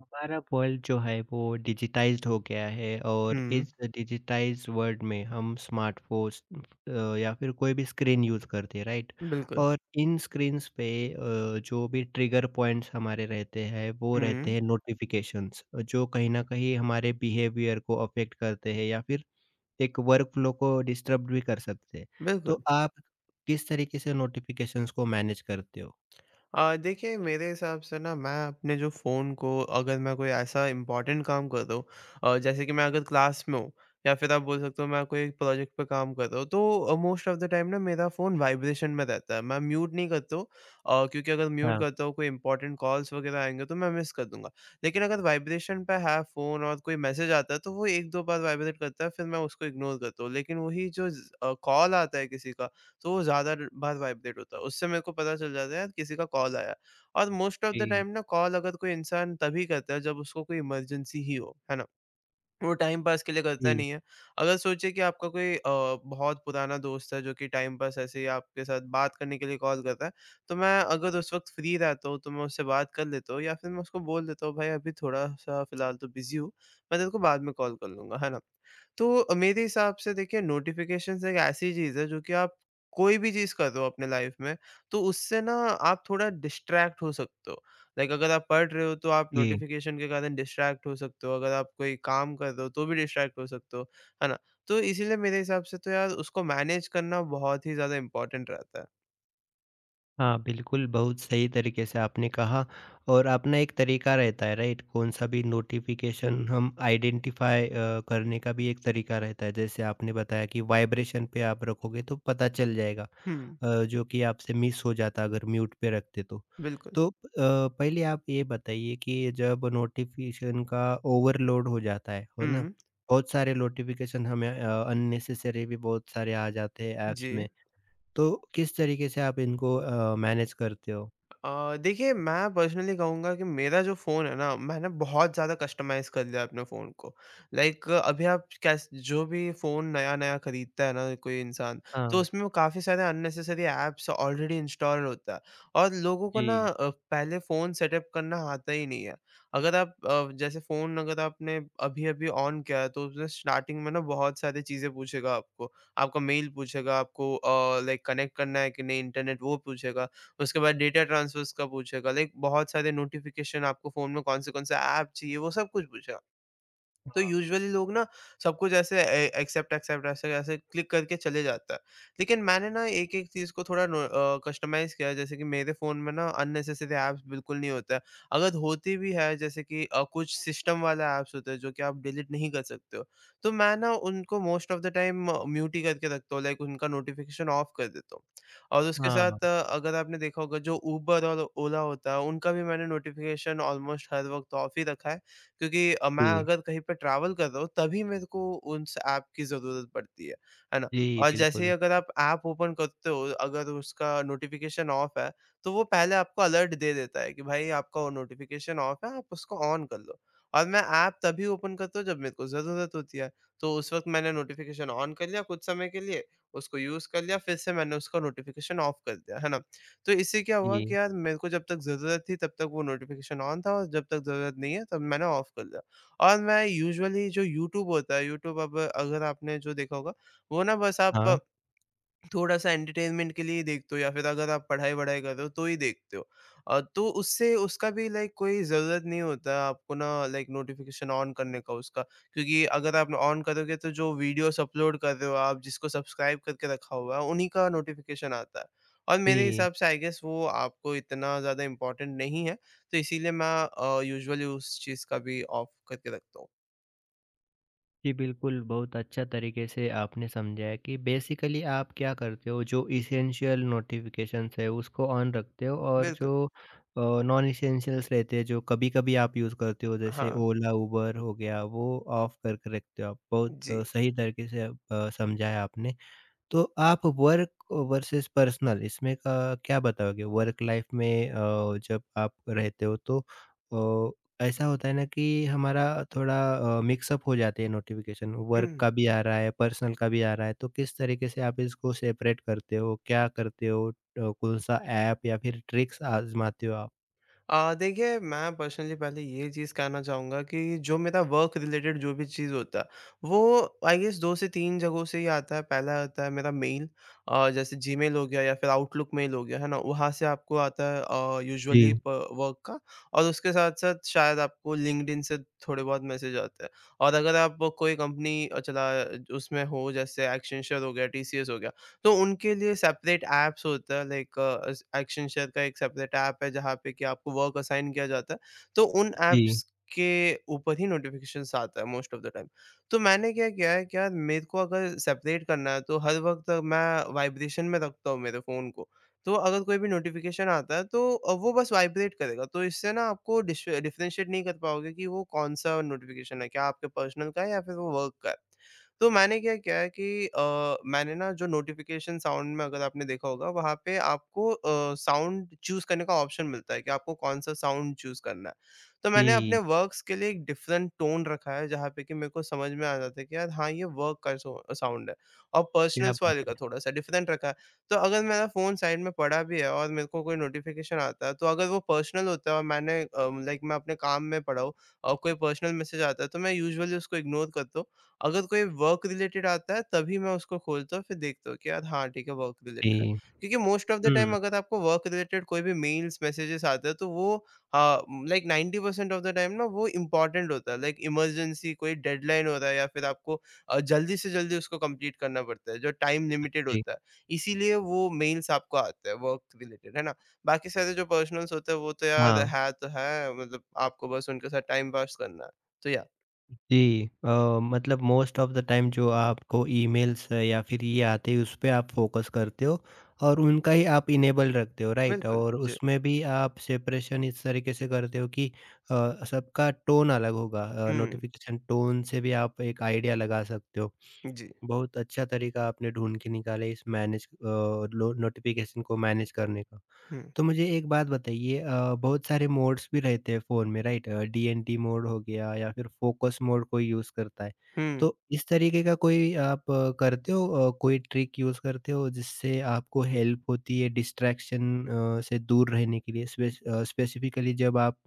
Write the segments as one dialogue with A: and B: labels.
A: हमारा वर्ल्ड जो है वो डिजिटाइज्ड हो गया है, और
B: हुँ।
A: इस डिजिटाइज्ड वर्ल्ड में हम स्मार्टफोन या फिर कोई भी स्क्रीन यूज़ करते हैं, राइट।
B: बिल्कुल।
A: और इन स्क्रीन्स पे जो भी ट्रिगर पॉइंट्स हमारे रहते हैं वो रहते
B: हुँ।
A: हैं नोटिफिकेशंस, जो कहीं ना कहीं हमारे बिहेवियर को अफेक्ट करते हैं या फिर एक वर्क फ्लो को डिस्टर्ब भी कर सकते हैं।
B: बिल्कुल।
A: तो आप किस तरीके से नोटिफिकेशंस को मैनेज करते हो?
B: देखिए मेरे हिसाब से ना मैं अपने जो फ़ोन को अगर मैं कोई ऐसा इम्पोर्टेंट काम कर रहा हूँ, जैसे कि मैं अगर क्लास में हूँ या फिर आप बोल सकते हो मैं कोई प्रोजेक्ट पे काम कर रहा हूँ, तो मोस्ट ऑफ़ द टाइम ना मेरा फ़ोन वाइब्रेशन में रहता है। मैं म्यूट नहीं करता हूँ, क्योंकि अगर म्यूट
A: हाँ।
B: करता हूँ कोई इम्पोर्टेंट कॉल्स वग़ैरह आएँगे तो मैं मिस कर दूँगा। लेकिन अगर वाइब्रेशन पे है फ़ोन और कोई मैसेज आता है तो वो 1-2 बार वाइब्रेट करता है फिर मैं उसको इग्नोर करता हूँ। लेकिन वही जो कॉल आता है किसी का तो वो ज़्यादा र बार वाइब्रेट होता है। उससे मेरे को पता चल जाता है यार किसी का कॉल आया। और मोस्ट ऑफ द
A: जी।
B: टाइम ना कॉल अगर कोई इंसान तभी करता है जब उसको कोई इमरजेंसी ही हो, है ना? वो टाइम पास के लिए करता
A: जी।
B: नहीं है। अगर सोचिए कि आपका कोई बहुत पुराना दोस्त है जो कि टाइम पास ऐसे ही आपके साथ बात करने के लिए कॉल कर रहा है, तो मैं अगर उस वक़्त फ्री रहता हूँ तो मैं उससे बात कर लेता हूँ या फिर मैं उसको बोल देता हूँ भाई अभी थोड़ा-सा फ़िलहाल तो बिज़ी हूँ, मैं तेरे को बाद में कॉल कर लूँगा, है ना? तो मेरे हिसाब से देखिए नोटिफ़िकेशंस एक ऐसी चीज़ है जो कि आप कोई भी चीज़ कर रहे हो अपने लाइफ़ में, तो उससे ना आप थोड़ा डिस्ट्रैक्ट हो सकते हो। लाइक अगर आप पढ़ रहे हो तो आप
A: जी।
B: नोटिफिकेशन के कारण डिस्ट्रैक्ट हो सकते हो, अगर आप कोई काम कर रहे हो तो भी डिस्ट्रैक्ट हो सकते हो, है ना? तो इसीलिए मेरे हिसाब से तो यार उसको मैनेज करना बहुत ही ज़्यादा इम्पोर्टेंट रहता है।
A: हाँ, बिल्कुल, बहुत सही तरीके से आपने कहा। और अपना एक तरीका रहता है, राइट? कौन-सा भी नोटिफ़िकेशन हम आइडेंटिफ़ाई करने का भी एक तरीका रहता है। जैसे आपने बताया कि वाइब्रेशन पे आप रखोगे तो पता चल जाएगा,
B: हुँ।
A: जो कि आपसे मिस हो जाता अगर म्यूट पे रखते तो।
B: बिल्कुल।
A: तो पहले आप ये बताइए कि जब नोटिफ़िकेशन का ओवरलोड हो जाता है ना?
B: हुँ।
A: बहुत सारे नोटिफ़िकेशन हमें अननेसेसरी भी बहुत सारे आ जाते हैं ऐप्स
B: जी।
A: में। तो किस तरीके से आप इनको मैनेज करते हो?
B: देखिए मैं पर्सनली कहूँगा कि मेरा जो फ़ोन है ना, मैंने बहुत ज़्यादा कस्टमाइज़ कर लिया है अपने फ़ोन को। लाइक अभी आप कैस जो भी फ़ोन नया-नया खरीदता है ना कोई इंसान, तो
A: हाँ,
B: उसमें वो काफ़ी सारे अननेसेसरी ऐप्स ऑलरेडी इंस्टॉल होता है और लोगों को ना
A: जी।
B: पहले फ़ोन सेटअप करना आता ही नहीं है। अगर आप जैसे फ़ोन अगर आपने अभी-अभी ऑन किया है, तो उसमें स्टार्टिंग में ना बहुत सारी चीज़ें पूछेगा आपको। आपका मेल पूछेगा, आपको लाइक कनेक्ट करना है कि नहीं इंटरनेट वो पूछेगा। उसके बाद डेटा ट्रांसफर्स का पूछेगा, लाइक बहुत सारे नोटिफ़िकेशन आपको फ़ोन में कौन से-कौन से ऐप चाहिए, वो सब कुछ पूछेगा। तो यूजुअली लोग ना सब कुछ ऐसे एक्सेप्ट एक्सेप्ट ऐसे ऐसे क्लिक करके चले जाता है। लेकिन मैंने ना एक-एक चीज़ को थोड़ा कस्टमाइज़ किया है, जैसे कि मेरे फ़ोन में ना अननेसेसरी ऐप्स बिल्कुल नहीं होता है। अगर होती भी है जैसे कि कुछ सिस्टम वाले ऐप्स होते हैं जो कि आप डिलीट नहीं कर सकते हो। तो मैं ना उनको most of the time mute ही करके रखता हूँ, लाइक उनका नोटिफ़िकेशन ऑफ कर देता हूँ। और उसके साथ
A: हाँ,
B: अगर आपने देखा होगा जो उबर और ओला होता है उनका भी मैंने नोटिफ़िकेशन ऑलमोस्ट हर वक़्त ऑफ ही रखा है। क्योंकि मैं
A: जी।
B: अगर कहीं पे ट्रैवल कर रहा हूँ तभी मेरे को उस ऐप की ज़रूरत पड़ती है ना?
A: जी,
B: और जैसे ही
A: बिल्कुल।
B: अगर आप ऐप ओपन करते हो, अगर उसका नोटिफ़िकेशन ऑफ है, तो वो पहले आपको अलर्ट दे देता है कि भाई आपका वो नोटिफ़िकेशन ऑफ है, आप उसको ऑन कर लो। और मैं ऐप तभी ओपन करता हूँ जब मेरे को ज़रूरत होती है, तो उस वक़्त मैंने नोटिफ़िकेशन ऑन कर लिया कुछ समय के लिए, उसको यूज़ कर लिया, फिर से मैंने उसका नोटिफ़िकेशन ऑफ कर दिया, है ना? तो इससे क्या हुआ कि
A: जी,
B: यार मेरे को जब तक ज़रूरत थी तब तक वो नोटिफ़िकेशन ऑन था और जब तक ज़रूरत नहीं है तब मैंने ऑफ कर दिया। और मैं यूजुअली जो यूट्यूब होता है, यूट्यूब अब अगर आपने जो देखा होगा, वो ना बस
A: हाँ।
B: आप थोड़ा-सा एंटरटेनमेंट के लिए ही देखते हो या फिर अगर आप पढ़ाई-वढ़ाई कर रहे हो तो ही देखते हो। तो उससे उसका भी लाइक कोई ज़रूरत नहीं होता आपको ना, लाइक नोटिफ़िकेशन ऑन करने का उसका, क्योंकि अगर आप ऑन करोगे तो जो वीडियोज़ अपलोड कर रहे हो आप, जिसको सब्सक्राइब करके रखा हुआ है, उन्हीं का नोटिफ़िकेशन आता है। और मेरे
A: जी।
B: हिसाब से आई गेस वो आपको इतना ज़्यादा इम्पोर्टेंट नहीं है, तो इसीलिए मैं यूजुअली उस चीज़ का भी ऑफ करके रखता हूँ।
A: जी, बिल्कुल, बहुत अच्छा तरीके से आपने समझाया कि बेसिकली आप क्या करते हो, जो एसेंशियल नोटिफ़िकेशंस है, उसको ऑन रखते हो, और
B: बिल्कुल,
A: जो नॉन एसेंशियल्स रहते हैं, जो कभी-कभी आप यूज़ करते हो, जैसे
B: हाँ,
A: ओला, उबर हो गया, वो ऑफ करके रखते हो आप।
B: जी।
A: बहुत सही तरीके से समझाया आपने। तो आप वर्क वर्सेस पर्सनल, इसमें का क्या बताओगे? वर्क लाइफ में जब आप रहते हो तो अ, ऐसा होता है ना कि हमारा थोड़ा मिक्स अप हो जाते हैं नोटिफ़िकेशन, वर्क
B: हुँ।
A: का भी आ रहा है, पर्सनल का भी आ रहा है, तो किस तरीके से आप इसको सेपरेट करते हो? क्या करते हो? कौन-सा ऐप या फिर ट्रिक्स आज़माते हो आप?
B: देखिए मैं पर्सनली पहले ये चीज़ कहना चाहूँगा कि जो मेरा वर्क रिलेटेड जो भी चीज़ होता है, वो आई गेस 2 से 3 जगहों से ही आता है। पहला आता है मेरा मेल, जैसे जीमेल हो गया या फिर आउटलुक मेल हो गया, है ना? वहाँ से आपको आता है यूजुअली
A: जी।
B: प वर्क का, और उसके साथ-साथ शायद आपको लिंक्डइन से थोड़े बहुत मैसेज आते हैं, और अगर आप कोई कंपनी अ, चला उसमें हो, जैसे एक्सेंचर हो गया, टीसीएस हो गया, तो उनके लिए सेपरेट ऐप्स होता है, लाइक एक्शन शेयर का एक सेपरेट ऐप है जहाँ पे कि आपको वर्क असाइन किया जाता है। तो उन
A: जी।
B: ऐप्स के ऊपर ही नोटिफ़िकेशंस आता है मोस्ट ऑफ द टाइम। तो मैंने क्या किया है कि यार मेरे को अगर सेपरेट करना है तो हर वक़्त मैं वाइब्रेशन में रखता हूँ मेरे फ़ोन को। तो अगर कोई भी नोटिफ़िकेशन आता है तो वो बस वाइब्रेट करेगा। तो इससे ना आपको डिश डिफरेंशिएट नहीं कर पाओगे कि वो कौन-सा नोटिफ़िकेशन है, क्या आपके पर्सनल का है या फिर वो वर्क का है। तो मैंने क्या किया है कि मैंने ना जो नोटिफ़िकेशन साउंड में अगर आपने देखा होगा वहाँ पे आपको साउंड चूज़ करने का ऑप्शन मिलता है कि आपको कौन-सा साउंड चूज़ करना है। तो मैंने अपने
A: जी,
B: वर्क्स के लिए एक डिफरेंट टोन रखा है जहाँ पे कि मेरे को समझ में आ जाता है कि यार हाँ, ये वर्क का साउंड है, और
A: क्या
B: पर्सनल्स वाले
A: बात
B: का
A: है!
B: थोड़ा-सा डिफरेंट रखा है। तो अगर मेरा फ़ोन साइड में पड़ा भी है और मेरे को कोई नोटिफ़िकेशन आता है, तो अगर वो पर्सनल होता है और मैंने लाइक मैं अपने काम में पड़ा हूँ और कोई पर्सनल मैसेज आता है तो मैं यूजुअली उसको इग्नोर करता हूँ। अगर कोई वर्क रिलेटेड आता है तभी मैं उसको खोलता हूँ, फिर देखता हूँ कि यार हाँ, ठीक है वर्क
A: जी।
B: रिलेटेड है। क्योंकि most of the
A: hmm.
B: Time अगर आपको वर्क रिलेटेड कोई भी मेल्स, मैसेजेस आते हैं तो वो लाइक 90% ऑफ द टाइम ना वो इम्पोर्टेंट होता है। लाइक इमरजेंसी कोई डेडलाइन हो रहा है या फिर आपको जल्दी से जल्दी उसको कंप्लीट करना पड़ता है, जो टाइम लिमिटेड
A: जी।
B: होता है। इसीलिए वो मेल्स आपको आते हैं वर्क रिलेटेड, है ना? बाकी सारे जो पर्सनल्स होते हैं वो तो यार
A: हाँ।
B: है तो है, मतलब आपको बस उनके साथ टाइम पास करना है। तो या
A: जी, मतलब मोस्ट ऑफ़ द टाइम जो आपको ईमेल्स या फिर ये आते हैं, उस पे आप फ़ोकस करते हो और उनका ही आप इनेबल रखते हो, राइट?
B: बिल्कुल,
A: और
B: जी।
A: उसमें भी आप सेपरेशन इस तरीके से करते हो कि सबका टोन अलग होगा।
B: हुँ।
A: नोटिफ़िकेशन टोन से भी आप एक आइडिया लगा सकते हो।
B: जी।
A: बहुत अच्छा तरीका आपने ढूँढ के निकाला इस मैनेज अ, लो नोटिफ़िकेशन को मैनेज करने का।
B: हुँ,
A: तो मुझे एक बात बताइए, बहुत सारे मोड्स भी रहते हैं फ़ोन में, राइट? डीएनडी मोड हो गया या फिर फ़ोकस मोड कोई यूज़ करता है।
B: हुँ।
A: तो इस तरीके का कोई आप करते हो, कोई ट्रिक यूज़ करते हो जिससे आपको हेल्प होती है डिस्ट्रैक्शन से दूर रहने के लिए, स्पेसिफ़िकली जब आप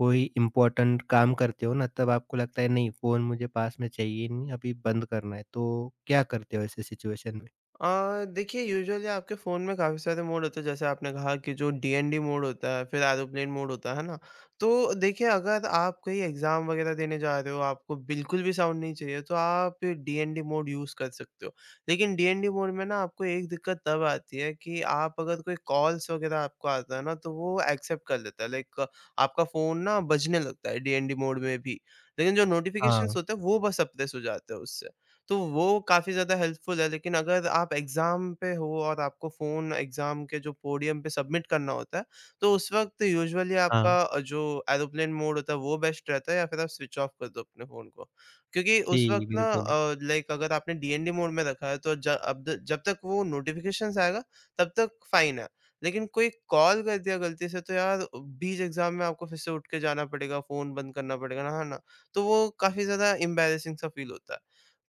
A: कोई इम्पोर्टेंट काम करते हो ना, तब आपको लगता है नहीं फ़ोन मुझे पास में चाहिए नहीं, अभी बंद करना है। तो क्या करते हो ऐसे सिचुएशन में?
B: अ, देखिए यूजुअली आपके फ़ोन में काफ़ी सारे मोड होते हैं, जैसे आपने कहा कि जो डीएनडी मोड होता है, फिर एरोप्लेन मोड होता है ना? तो देखिए अगर आप कहीं एग्ज़ाम वग़ैरह देने जा रहे हो, आपको बिल्कुल भी साउंड नहीं चाहिए तो आप डीएनडी मोड यूज़ कर सकते हो। लेकिन डीएनडी मोड में ना आपको एक दिक्कत तब आती है कि आप अगर कोई कॉल्स वग़ैरह आपको आता है ना तो वो एक्सेप्ट कर लेता है, लाइक आपका फ़ोन ना बजने लगता है डीएनडी मोड में भी। लेकिन जो नोटिफ़िकेशंस
A: हाँ।
B: होते हैं वो बस सप्रेस हो जाते हैं उससे। तो वो काफ़ी ज़्यादा हेल्पफुल है, लेकिन अगर आप एग्ज़ाम पे हो और आपको फ़ोन एग्ज़ाम के जो पोडियम पे सबमिट करना होता है, तो उस वक़्त यूजुअली
A: हाँ।
B: आपका जो एरोप्लेन मोड होता है वो बेस्ट रहता है या फिर आप स्विच ऑफ कर दो अपने फ़ोन को। क्योंकि उस वक़्त
A: जी,
B: ना
A: बिल्कुल।
B: लाइक अगर आपने डीएनडी मोड में रखा है तो ज अब द जब तक वो नोटिफ़िकेशंस आएगा तब तक फ़ाइन है। लेकिन कोई कॉल कर दिया गलती से तो यार बीच एग्ज़ाम में आपको फिर से उठ के जाना पड़ेगा, फ़ोन बंद करना पड़ेगा ना, है ना? तो वो काफ़ी ज़्यादा एम्बैरेसिंग सा फ़ील होता है।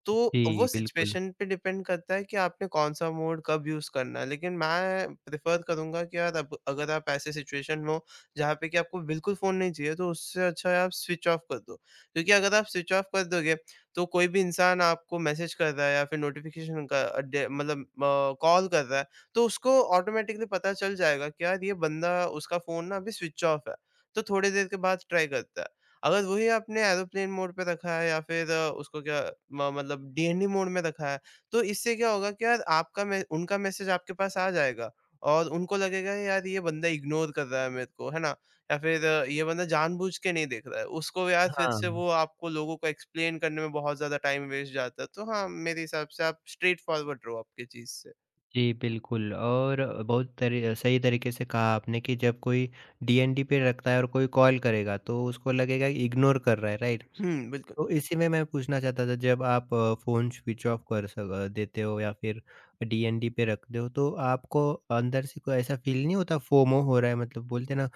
B: तो वो
A: जी, बिल्कुल।
B: सिचुएशन पे डिपेंड करता है कि आपने कौन-सा मोड कब यूज़ करना है। लेकिन मैं प्रेफ़र करूँगा कि यार अब अगर आप ऐसे सिचुएशन में हो, जहाँ पे कि आपको बिल्कुल फ़ोन नहीं चाहिए, तो उससे अच्छा है आप स्विच ऑफ कर दो। क्योंकि अगर आप स्विच ऑफ कर दोगे, तो कोई भी इंसान आपको मैसेज कर रहा है या फिर नोटिफ़िकेशन का अ, डे मतलब कॉल कर रहा है, तो उसको ऑटोमैटिकली पता चल जाएगा कि यार ये बंदा उसका फ़ोन ना अभी स्विच ऑफ है। तो थोड़ी देर के बाद ट्राई करता है। अगर वही आपने एरोप्लेन मोड पे रखा है या फिर उसको क्या म मतलब डीएनडी मोड में रखा है, तो इससे क्या होगा कि यार आपका मे उनका मैसेज आपके पास आ जाएगा और उनको लगेगा यार ये बंदा इग्नोर कर रहा है मेरे को, है ना? या फिर ये बंदा जानबूझ के नहीं देख रहा है। उसको यार फिर से
A: हाँ।
B: वो आपको लोगों को एक्सप्लेन करने में बहुत ज़्यादा टाइम वेस्ट जाता है। तो हाँ, मेरे हिसाब से आप स्ट्रेट फॉरवर्ड रहो आपकी चीज़ से।
A: जी, बिल्कुल। और बहुत तरी सही तरीके से कहा आपने कि जब कोई डीएनडी पे रखता है और कोई कॉल करेगा, तो उसको लगेगा कि इग्नोर कर रहा है, राइट?
B: हुँ, बिल्कुल।
A: तो इसी में मैं पूछना चाहता था, जब आप फ़ोन स्विच ऑफ कर सक देते हो या फिर डीएनडी पे रखते हो, तो आपको अंदर से कोई ऐसा फील नहीं होता, फोमो हो रहा है, मतलब बोलते हैं ना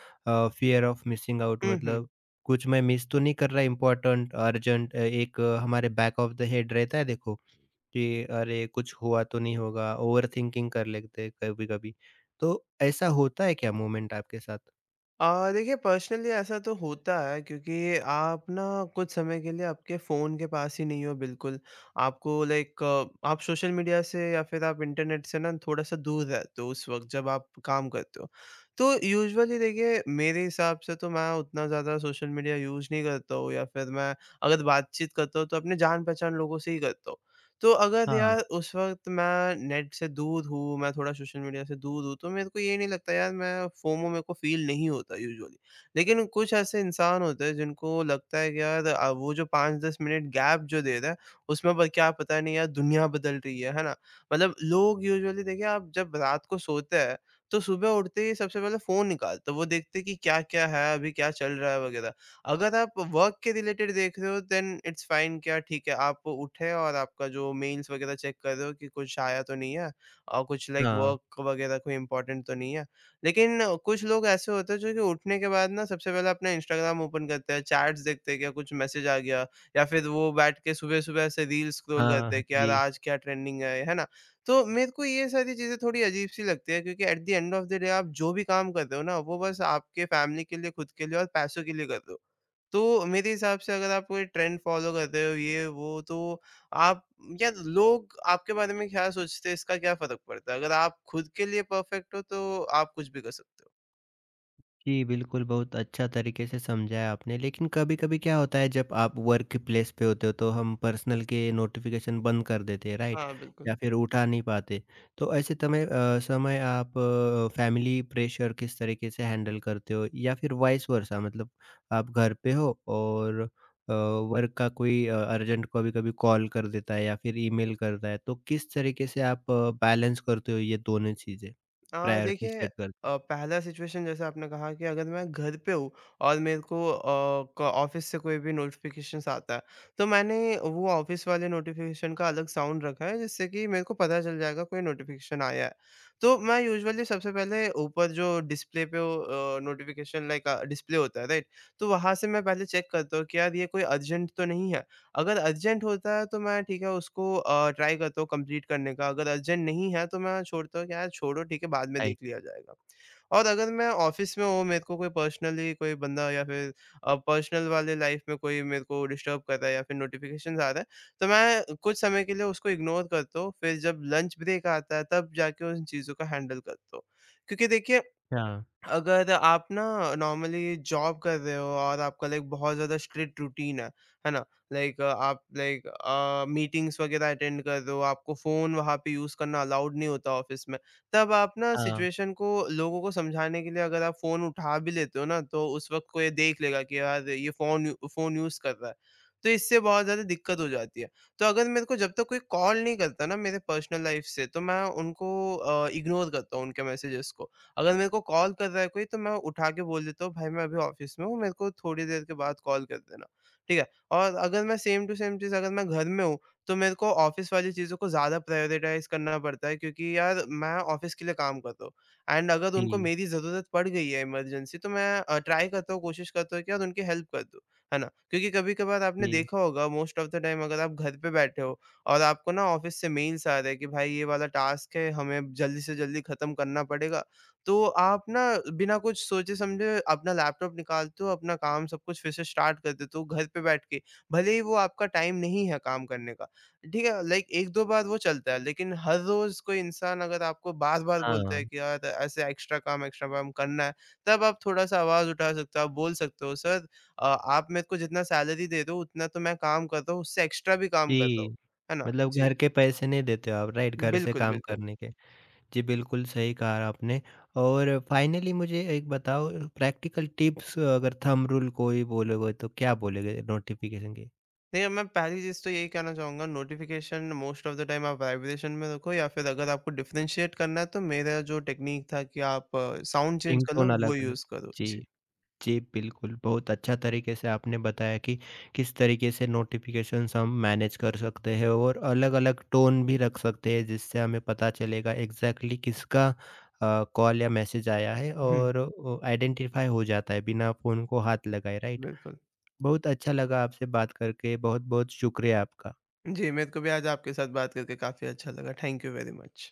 A: फ़ियर ऑफ मिसिंग आउट,
B: हुँ, हुँ।
A: मतलब कुछ मैं मिस तो नहीं कर रहा इम्पोर्टेंट, अर्जेंट, एक हमारे बैक ऑफ द हेड रहता है, देखो कि अरे कुछ हुआ तो नहीं होगा, ओवरथिंकिंग कर लेते हैं कभी-कभी। तो ऐसा होता है क्या मोमेंट आपके साथ?
B: देखिए पर्सनली ऐसा तो होता है, क्योंकि आप ना कुछ समय के लिए आपके फ़ोन के पास ही नहीं हो बिल्कुल। आपको लाइक आप सोशल मीडिया से या फिर आप इंटरनेट से ना थोड़ा-सा दूर रहते हो उस वक़्त जब आप काम करते हो। तो यूजुअली देखिए, मेरे हिसाब से तो मैं उतना ज़्यादा सोशल मीडिया यूज़ नहीं करता हूँ, या फिर मैं अगर बातचीत करता हूँ तो अपने जान-पहचान लोगों से ही करता हूँ। तो अगर यार उस वक़्त मैं नेट से दूर हूँ, मैं थोड़ा सोशल मीडिया से दूर हूँ, तो मेरे को ये नहीं लगता, यार मैं फोमो मेरे को फ़ील नहीं होता यूजुअली। लेकिन कुछ ऐसे इंसान होते हैं जिनको लगता है कि यार वो जो 5-10 मिनट गैप जो दे रहा है, उसमें पर क्या पता नहीं यार दुनिया बदल रही है ना? मतलब लोग यूजुअली देखिए, आप जब रात को सोते हैं, तो सुबह उठते ही सबसे पहले फ़ोन निकालते हैं। वो देखते हैं कि क्या-क्या है, अभी क्या चल रहा है वगैरह। अगर आप वर्क के रिलेटेड देख रहे हो, देन इट्स फाइन, क्या ठीक है, आप उठे और आपका जो मेल्स वगैरह चेक कर रहे हो कि कुछ आया तो नहीं है और कुछ लाइक
A: हाँ।
B: वर्क वगैरह कोई इंपॉर्टेंट तो नहीं है। लेकिन कुछ लोग ऐसे होते हैं जो कि उठने के बाद ना सबसे पहले अपना इंस्टाग्राम ओपन करते हैं, चैट्स देखते हैं क्या कुछ मैसेज आ गया, या फिर वो बैठ के सुबह सुबह ऐसे रील स्क्रॉल करते
A: हाँ,
B: हैं कि यार
A: जी।
B: आज क्या ट्रेंडिंग है ना? तो मेरे को ये सारी चीज़ें थोड़ी अजीब सी लगती है, क्योंकि at the end of the day आप जो भी काम करते हो ना वो बस आपके फैमिली के लिए, खुद के लिए और पैसों के लिए कर रहे हो। तो मेरे हिसाब से अगर आप कोई ट्रेंड फ़ॉलो करते हो ये वो, तो आप या लोग आपके बारे में क्या सोचते हैं, इसका क्या फ़र्क पड़ता है? अगर आप खुद के लिए परफ़ेक्ट हो, तो आप कुछ भी कर सकते हो।
A: जी, बिल्कुल, बहुत अच्छा तरीके से समझाया आपने। लेकिन कभी-कभी क्या होता है, जब आप वर्क प्लेस पे होते हो तो हम पर्सनल के नोटिफ़िकेशन बंद कर देते हैं, राइट?
B: हाँ, बिल्कुल।
A: या फिर उठा नहीं पाते। तो ऐसे समय आप फैमिली प्रेशर किस तरीके से हैंडल करते हो? या फिर वाइस वर्सा, मतलब आप घर पे हो और वर्क का कोई अर्जेंट कभी-कभी कॉल कर देता है या फिर ईमेल करता है। तो किस तरीके से आप बैलेंस करते हो ये दोनों चीज़ें? प्रायोरिटी
B: देखिए,
A: सेट करते हो?
B: पहला सिचुएशन जैसे आपने कहा कि अगर मैं घर पे हूँ और मेरे को अ, क ऑफ़िस से कोई भी नोटिफ़िकेशंस आता है, तो मैंने वो ऑफ़िस वाले नोटिफ़िकेशन का अलग साउंड रखा है, जिससे कि मेरे को पता चल जाएगा कोई नोटिफ़िकेशन आया है। तो मैं यूजुअली सबसे पहले ऊपर जो डिस्प्ले पे वो नोटिफ़िकेशन लाइक डिस्प्ले होता है, राइट? तो वहाँ से मैं पहले चेक करता हूँ कि यार ये कोई अर्जेंट तो नहीं है? अगर अर्जेंट होता है, तो मैं ठीक है उसको ट्राई करता हूँ कंप्लीट करने का, अगर अर्जेंट नहीं है तो मैं छोड़ता हूँ कि यार छोड़ो ठीक है, बाद में देख
A: राइट।
B: लिया जाएगा। और अगर मैं ऑफ़िस में हूँ, मेरे को कोई पर्सनली कोई बंदा या फिर पर्सनल वाले लाइफ़ में कोई मेरे को डिस्टर्ब कर रहा है या फिर नोटिफ़िकेशंस आ रहा है, तो मैं कुछ समय के लिए उसको इग्नोर करता हूँ, फिर जब लंच ब्रेक आता है तब जाके उन चीज़ों का हैंडल करता हूँ। क्योंकि देखिए,
A: हाँ।
B: अगर आप ना नॉर्मली जॉब कर रहे हो और आपका लाइक बहुत ज़्यादा स्ट्रिक्ट रूटीन है ना? लाइक आप लाइक मीटिंग्स वगैरह अटेंड कर रहे हो, आपको फ़ोन वहाँ पे यूज़ करना अलाउड नहीं होता ऑफ़िस में, तब आप ना
A: हाँ।
B: सिचुएशन को लोगों को समझाने के लिए अगर आप फ़ोन उठा भी लेते हो ना, तो उस वक़्त कोई देख लेगा कि यार ये फ़ोन यूज़ कर रहा है। तो इससे बहुत ज़्यादा दिक्कत हो जाती है। तो अगर मेरे को जब तक कोई कॉल नहीं करता ना मेरे पर्सनल लाइफ़ से, तो मैं उनको इग्नोर करता हूँ उनके मैसेजेज़ को। अगर मेरे को कॉल कर रहा है कोई, तो मैं उठा के बोल देता हूँ, भाई मैं अभी ऑफिस में हूँ, मेरे को थोड़ी देर के बाद कॉल कर देना, ठीक है? और अगर मैं सेम टू सेम चीज़, अगर मैं घर में हूँ, तो मेरे को ऑफिस वाली चीज़ों को ज़्यादा प्रायोरिटाइज़ करना पड़ता है, क्योंकि यार मैं ऑफिस के लिए काम कर रहा हूँ, एंड अगर उनको
A: जी।
B: मेरी ज़रूरत पड़ गई है इमरजेंसी, तो मैं ट्राई करता हूँ, कोशिश करता हूँ कि यार उनकी हेल्प कर दूँ, है ना? क्योंकि कभी-कभार आपने
A: जी।
B: देखा होगा, मोस्ट ऑफ द टाइम अगर आप घर पे बैठे हो और आपको ना ऑफिस से मेल्स आ रहे हैं कि भाई ये वाला टास्क है, हमें जल्दी से जल्दी खत्म करना पड़ेगा, तो आप ना बिना कुछ सोचे-समझे अपना लैपटॉप निकालते हो, अपना काम सब कुछ फिर से स्टार्ट कर देते हो घर पे बैठ के। भले ही वो आपका टाइम नहीं है काम करने का, ठीक है? लाइक 1-2 बार वो चलता है, लेकिन हर रोज़ कोई इंसान अगर आपको बार-बार बोलता
A: हाँ।
B: है कि यार ऐसे एक्स्ट्रा काम करना है, तब आप थोड़ा-सा आवाज़ उठा सकते हो, आप बोल सकते हो, "सर, आप मेरे को जितना सैलरी दे रहे हो उतना तो मैं काम कर रहा हूँ, उससे एक्स्ट्रा भी काम कर रहा हूँ।"
A: जी।
B: है ना?
A: मतलब
B: जी।
A: घर के पैसे नहीं देते हो आप, राइट? घर से
B: बिल्कुल,
A: काम
B: बिल्कुल।
A: करने के। जी, बिल्कुल सही कहा आपने। और फाइनली मुझे एक बताओ, प्रैक्टिकल टिप्स, अगर थंब रूल कोई बोलोगे तो क्या बोलोगे नोटिफ़िकेशन की?
B: नहीं, अब मैं पहली चीज़ तो यही कहना चाहूँगा, notification most of the time आप वाइब्रेशन में रखो, या फिर अगर आपको डिफ़रेंशिएट करना है तो मेरा जो टेक्नीक था कि आप साउंड चेंज कर लो,
A: रिंगटोन
B: वो
A: अलग-अलग।
B: यूज़ करो।
A: जी।
B: जी।
A: जी, बिल्कुल। बहुत अच्छा तरीके से आपने बताया कि किस तरीके से नोटिफ़िकेशंस हम मैनेज कर सकते हैं और अलग-अलग टोन भी रख सकते हैं, जिससे हमें पता चलेगा एग्ज़ैक्टली किसका कॉल या मैसेज आया है,
B: हुँ,
A: और ओ आइडेंटिफ़ाई हो जाता है बिना फ़ोन को हाथ लगाए, राइट?
B: बिल्कुल।
A: बहुत अच्छा लगा आपसे बात करके, बहुत-बहुत शुक्रिया आपका।
B: जी, मेरे को भी आज आपके साथ बात करके काफ़ी अच्छा लगा। Thank you very much.